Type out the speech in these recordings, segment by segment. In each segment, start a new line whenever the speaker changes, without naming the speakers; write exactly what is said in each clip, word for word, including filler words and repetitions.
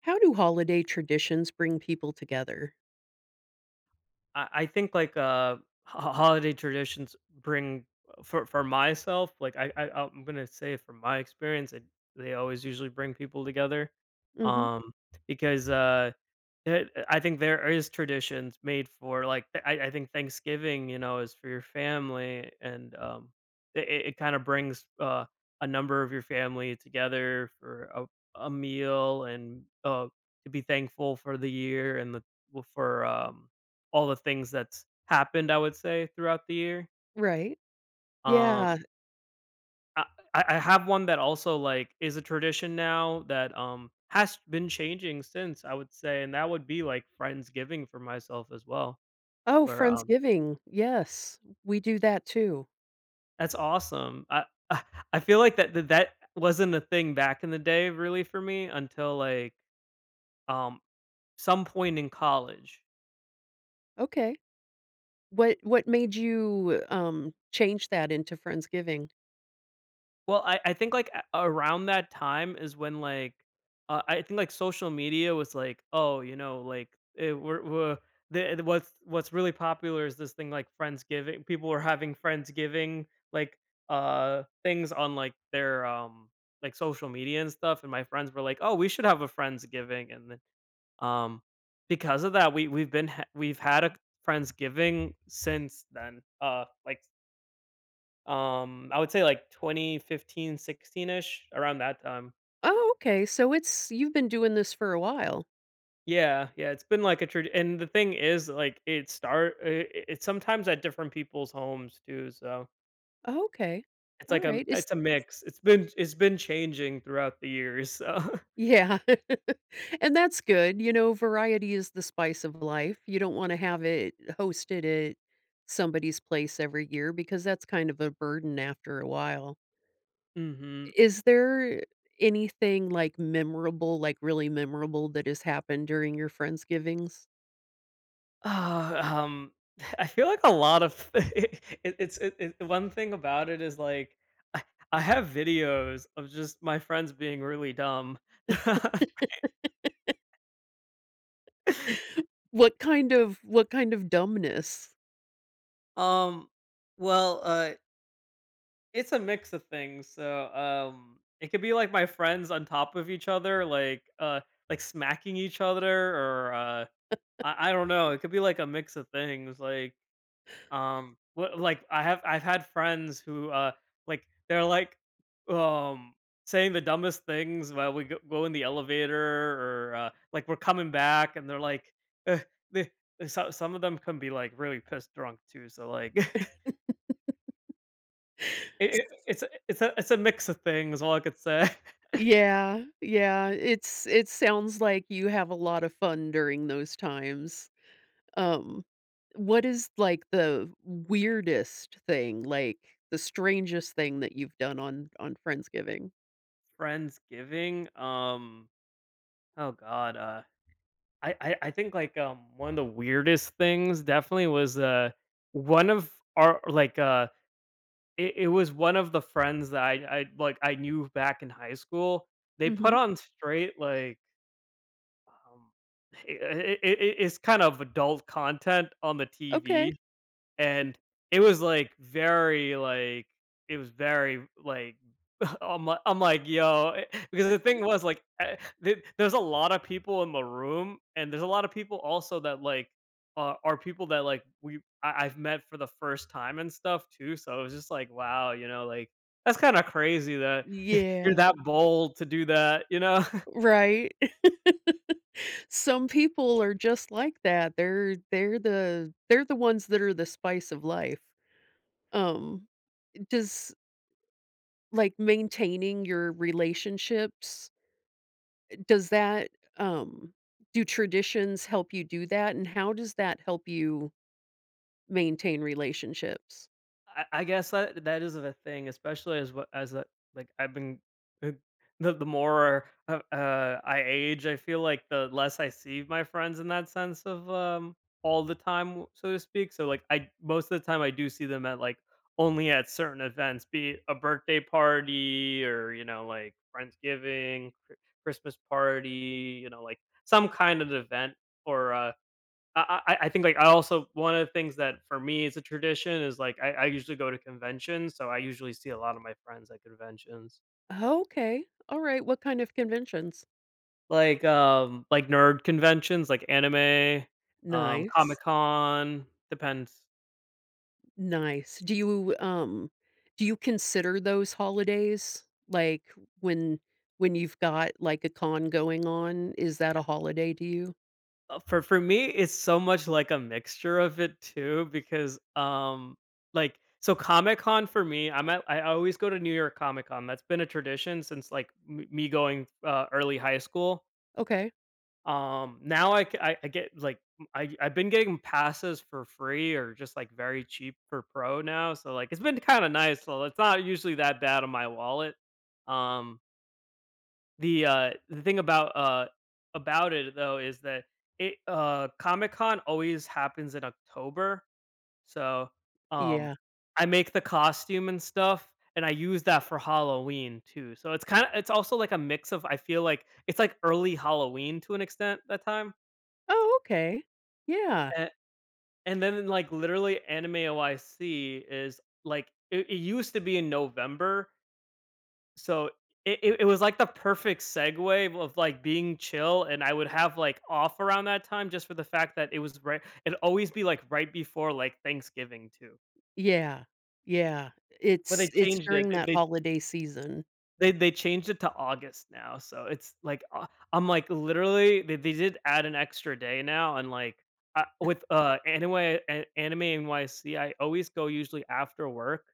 How do holiday traditions bring people together?
I I think like uh ho- holiday traditions bring. Uh, for for myself, like, I, I I'm gonna say from my experience it, they always usually bring people together.
Mhm.
um because uh it uh, I think there is traditions made for like th- I I think Thanksgiving, you know, is for your family. And um it, it it kind of brings uh a number of your family together for a, a meal, and uh to be thankful for the year and the well, for um all the things that's happened, I would say, throughout the year.
Right.
Um
Yeah.
I I I have one that also, like, is a tradition now that, um, has been changing since, I would say, and that would be, like, Friendsgiving for myself as well,
Oh,
where, um
Friendsgiving. Yes. We do that too.
that's awesome. I I feel like that that that wasn't a thing back in the day really for me until, like, um, some point in college.
Okay. What what made you, um, change that into Friendsgiving?
Well, I I think, like, a around that time is when, like, uh, I think, like, social media was like, "Oh, you know, like, eh, we're we're the the- what's what's really popular is this thing, like, Friendsgiving." People were having Friendsgiving, like, uh, things on, like, their, um, like, social media and stuff, and my friends were like, "Oh, we should have a Friendsgiving," and then, um, because of that, we we've been ha we've had a Friendsgiving since then, uh, like um, I would say like twenty, ish around that time.
Oh, okay. So it's you've been doing this for a while.
Yeah, yeah, it's been like a trad and the thing is, like, it start I it's sometimes at different people's homes, too, so
Oh, okay.
it's like a
Alright. Is
it's a mix. It's been it's been changing throughout the years, so...
yeah. And that's good. You know, variety is the spice of life. You don't wanna have it hosted at somebody's place every year because that's kind of a burden after a while.
Mhm.
Is there anything, like, memorable, like, really memorable that has happened during your Friendsgivings?
Uh, um, I feel like a lot of it it's it it one thing about it is, like, I I have videos of just my friends being really dumb.
What kind of what kind of dumbness?
Um, well, uh it's a mix of things. So, um, it could be like my friends on top of each other, like uh, like smacking each other, or uh, I, I don't know. It could be like a mix of things. Like um, what like I have I've had friends who uh, like they're like um saying the dumbest things while we go, go in the elevator, or uh, like we're coming back, and they're like, uh, they, so, some of them can be like really pissed drunk, too. So like. It it it's a it's a it's a mix of things, all I could say.
Yeah, yeah, it's it sounds like you have a lot of fun during those times. Um, what is, like, the weirdest thing, like, the strangest thing that you've done on on Friendsgiving?
Friendsgiving, um, oh god, uh, I I I think, like, um, one of the weirdest things definitely was, uh, one of our like, uh, it it was one of the friends that I I, like, I knew back in high school. They put
Mhm.
on straight, like, um, it it it it's kind of adult content on the
Okay.
T V, and it was, like, very, like it was very, like, I'm like I'm like, "Yo." Because the thing was, like, eh, the there's a lot of people in the room, and there's a lot of people also that, like, are are people that, like, we I I've met for the first time and stuff, too, so it was just like, "Wow," you know, like, "That's kinda crazy that you're
Yeah.
that bold to do that," you know?
Right. Some people are just like that. They're they're the they're the ones that are the spice of life. Um, does like maintaining your relationships, does that um do traditions help you do that? And how does that help you maintain relationships?
I I guess that that is the thing, especially as what as a like I've been uh, the the more uh, uh, I age, I feel like the less I see my friends in that sense of um all the time, so to speak. So like I most of the time I do see them at like only at certain events, be it a birthday party or you know like Friendsgiving, Chri- Christmas party, you know like some kind of event, or uh, I, I I think like I also one of the things that for me is a tradition is like I, I usually go to conventions, so I usually see a lot of my friends at conventions,
Okay. All right. What kind of conventions?
like um like nerd conventions, like anime, um
Nice.
Comic Con. Depends.
Nice. Do you, um do you consider those holidays? Like, when when you've got, like, a con going on, is that a holiday to you?
Uh, For for me, it's so much like a mixture of it, too, because um like so Comic Con for me, I'm at I always go to New York Comic Con. That's been a tradition since like m- me going uh, early high school.
Okay.
Um, now I, c- I- I get like I i I I've been getting passes for free or just like very cheap for pro now, so like it's been kind of nice. So it's not usually that bad on my wallet. Um, the uh the thing about uh about it though is that it uh Comic Con always happens in October, so um
Yeah.
I make the costume and stuff. And I use that for Halloween, too. So it's kind of, it's also like a mix of. I feel like it's like early Halloween to an extent, that time.
Oh, okay. Yeah.
And and then, like, literally Anime O I C is... like it it used to be in November, so it it it was, like, the perfect segue of, like, being chill, and I would have, like, off around that time just for the fact that it was right it'd always be, like, right before, like, Thanksgiving, too.
Yeah. Yeah.
But
It's
they
it's
changed it.
during that
They
holiday season.
They they changed it to August now, so it's like, uh, I'm like, literally, they they did add an extra day now, and like, uh, with uh, anime a Anime N Y C, I always go usually after work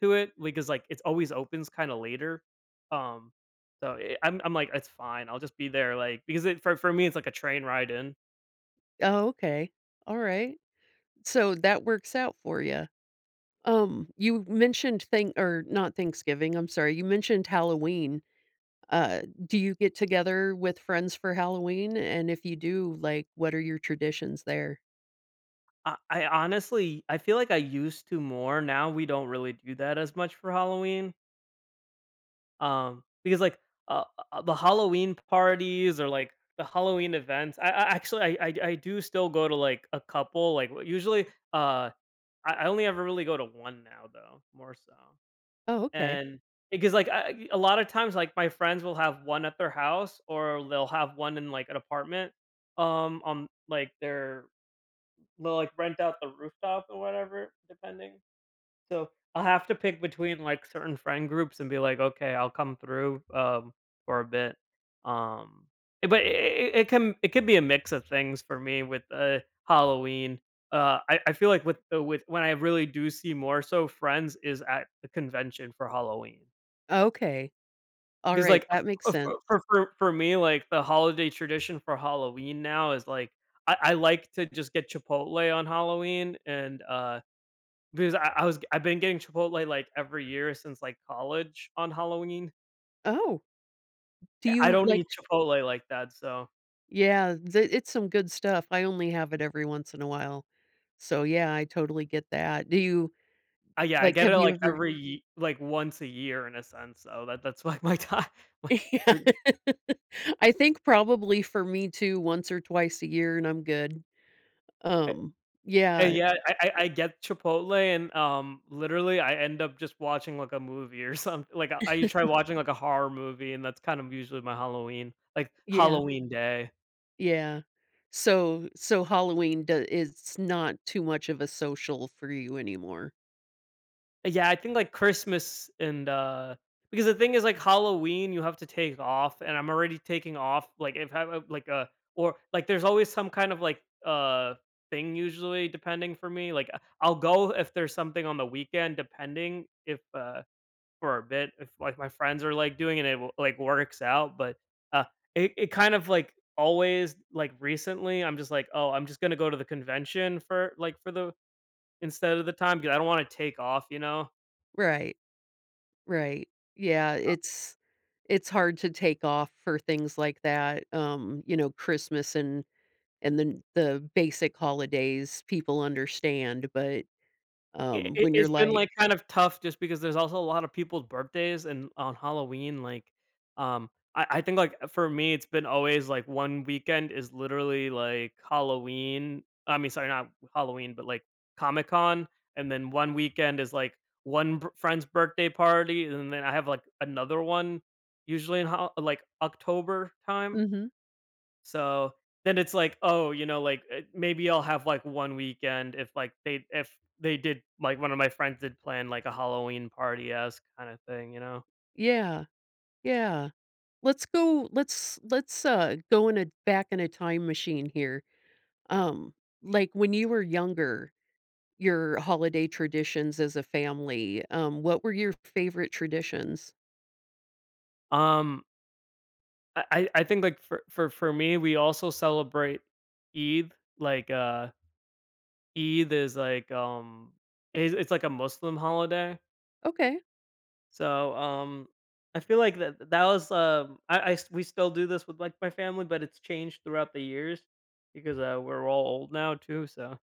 to it because like it's always opens kinda later, um, so i I'm I'm like, "It's fine, I'll just be there," like, because it for for me, it's like a train ride in.
Oh, okay. Alright. So, that works out for you. Um, you mentioned thank or not Thanksgiving, I'm sorry, you mentioned Halloween. Uh, do you get together with friends for Halloween? And if you do, like, what are your traditions there?
I I honestly I feel like I used to more. Now we don't really do that as much for Halloween. Um, because, like, uh, uh, the Halloween parties or, like, the Halloween events I I actually I I I do still go to, like, a couple, like, w usually, uh, I I only ever really go to one now, though, more so,
Oh, okay.
and because, like, I I a lot of times, like, my friends will have one at their house or they'll have one in, like, an apartment, um, on, like, their they'll, like, rent out the rooftop or whatever, depending. So, I'll have to pick between, like, certain friend groups and be like, "Okay, I'll come through, um, for a bit." Um, eh, but I it can it can be a mix of things for me with, uh, Halloween. Uh, I I feel like with the with when I really do see more so friends is at the convention for Halloween,
Okay. All
because
right,
like,
that makes
uh,
sense.
for for for for me, like, the holiday tradition for Halloween now is, like, I I like to just get Chipotle on Halloween, and uh because I I was I've been getting Chipotle, like, every year since, like, college on Halloween.
Oh, do
I I
you
don't
like
eat Chipotle like that, so
yeah, th it's some good stuff. I only have it every once in a while. So, yeah, I totally get that. Do you
I yeah, I
like,
get
have
it,
you
like,
ever
every ye like, once a year in a sense, so that that's, like, my time. my
Yeah.
my
I think probably for me too, once or twice a year, and I'm good.
eh,
Um,
and
yeah,
yeah, I I I get Chipotle and, um, literally, I end up just watching, like, a movie or something, like, I I try watching, like, a horror movie, and that's kind of usually my Halloween, like,
yeah.
Halloween day.
Yeah. So so Halloween do it's not too much of a social for you anymore.
Yeah, I think like Christmas. And uh because the thing is like Halloween you have to take off, and I'm already taking off like if I have like a or like there's always some kind of like uh thing usually depending for me like, uh, I'll go if there's something on the weekend depending if uh for a bit if like my friends are like doing it and it w- like works out. But uh it, it kind of like always like recently I'm just like, "Oh, I'm just going to go to the convention for like for the instead of the time because I don't want to take off, you know."
Right. Right. Yeah, it's it's hard to take off for things like that. Um, you know, Christmas and and the the basic holidays people understand, but
It
um
it
when you're
it's been,
like,
like, kind of tough just because there's also a lot of people's birthdays and on Halloween, like, um, I I think, like, for me, it's been always, like, one weekend is literally, like, Halloween I mean, sorry, not Halloween, but, like, Comic-Con, and then one weekend is, like, one b friend's birthday party, and then I have, like, another one usually in ho like, October time.
"Mhm.
So, then it's like, "Oh, you know, like, eh, maybe I'll have, like, one weekend if, like, they if they did like, one of my friends did plan, like, a Halloween party-esque kinda thing, you know?"
Yeah. Yeah. Let's go let's let's uh go in a back in a time machine here." Um like when you were younger, your holiday traditions as a family, um, what were your favorite traditions?
Um, I I I think, like, for for for me, we also celebrate Eid, like, uh, Eid is, like, um it's it's like a Muslim holiday.
Okay.
So, um, I feel like that that was, um I I s we still do this with, like, my family, but it's changed throughout the years because, uh, we're all old now too, so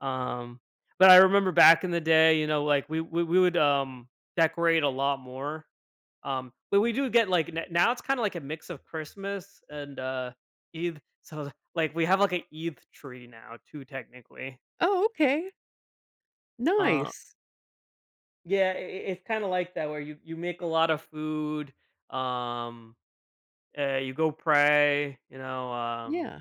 Um, but I remember back in the day, you know, like we we, we would um decorate a lot more. Um, but we do get like n- now it's kind of like a mix of Christmas and uh Eid. So like we have like an Eid tree now too, technically.
Oh, okay.
Uh,
Nice.
yeah, i i- it's kind of like that where you you make a lot of food. Um, uh, you go pray. You know. Um,
Yeah.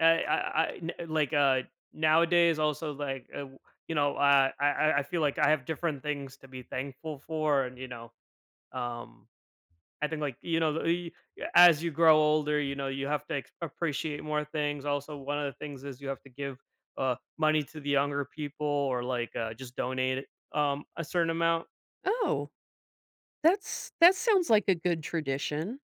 I I I n Like, uh, nowadays also, like, uh, w you know, uh, I I I feel like I have different things to be thankful for and, you know, um, I think, like, you know, the y as you grow older, you know, you have to ex appreciate more things. Also, one of the things is you have to give, uh, money to the younger people or, like, uh, just donate it, um, a certain amount.
Oh, that's that sounds like a good tradition.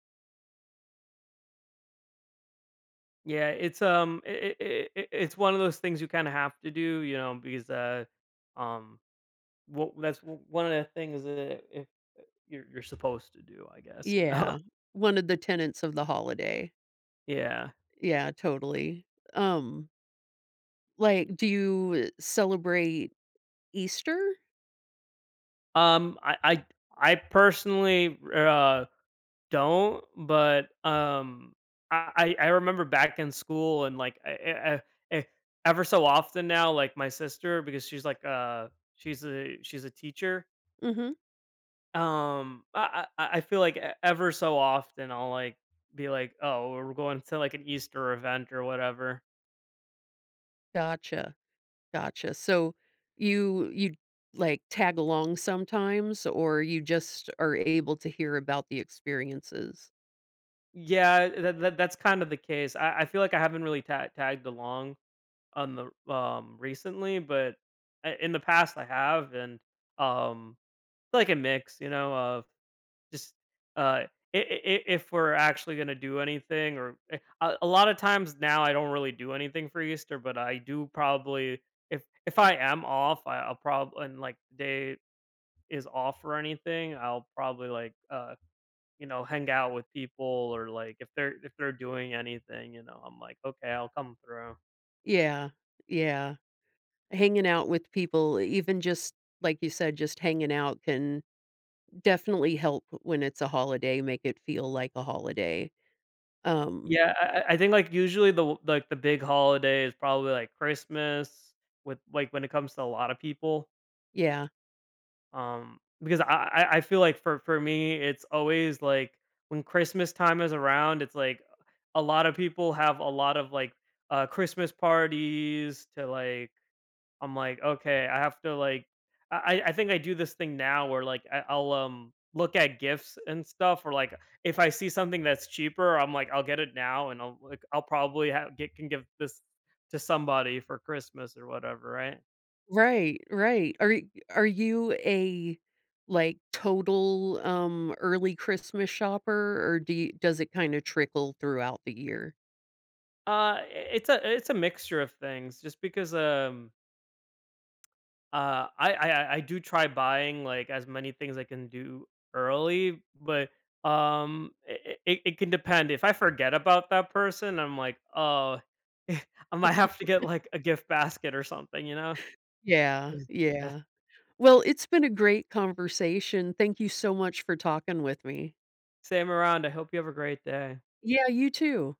Yeah, it's, um, it it it's one of those things you kinda have to do, you know, because, uh, um well, that's w- one of the things that if uh, you're you're supposed to do, I guess, you know?
Yeah. One of the tenets of the holiday.
Yeah.
Yeah, totally. Um, like, do you celebrate Easter?
Um, I I I personally, uh, don't, but, um, I I I remember back in school and, like, I I I eh, ever so often now, like, my sister, because she's, like, uh, she's a she's a teacher,
Mhm.
um, I I I feel like e ever so often I'll, like, be like, "Oh, we're going to, like, an Easter event or whatever."
Gotcha. Gotcha. So you you like tag along sometimes or you just are able to hear about the experiences?
Yeah, that, that that's kind of the case. I, I feel like I haven't really ta- tagged along on the um recently, but I- in the past I have, and um like a mix, you know, of just uh i- i- if we're actually gonna do anything, or eh, a, a lot of times now I don't really do anything for Easter, but I do probably if if I am off, I, I'll probably and like the day is off or anything, I'll probably like uh you know, hang out with people or like if they're if they're doing anything, you know, I'm like, "Okay, I'll come through."
Yeah, yeah. Hanging out with people, even just like you said, just hanging out can definitely help when it's a holiday, make it feel like a holiday. Um,
Yeah, I I I think, like, usually the w like, the big holiday is probably, like, Christmas with like, when it comes to a lot of people,
yeah.
um, because I I I feel like for for me, it's always, like, when Christmas time is around, it's like a lot of people have a lot of, like, uh, Christmas parties to, like, I'm like, okay, I have to like, I I think I do this thing now where like I, I'll um look at gifts and stuff, or like if I see something that's cheaper, I'm like, I'll get it now, and I'll like I'll probably ha get can give this to somebody for Christmas or whatever, right?
Right, right. Are y- are you a like total um early Christmas shopper or do you, does it kind of trickle throughout the year?
Uh, i- it's a it's a mixture of things, just because um uh I I I I do try buying like as many things I can do early, but um it, it, it can depend if I forget about that person I'm like oh I might have to get, like, a gift basket or something, you know?
Yeah,
Eh,
yeah. Well, it's been a great conversation. Thank you so much for talking with me.
Same around, I hope you have a great day.
Yeah, you too.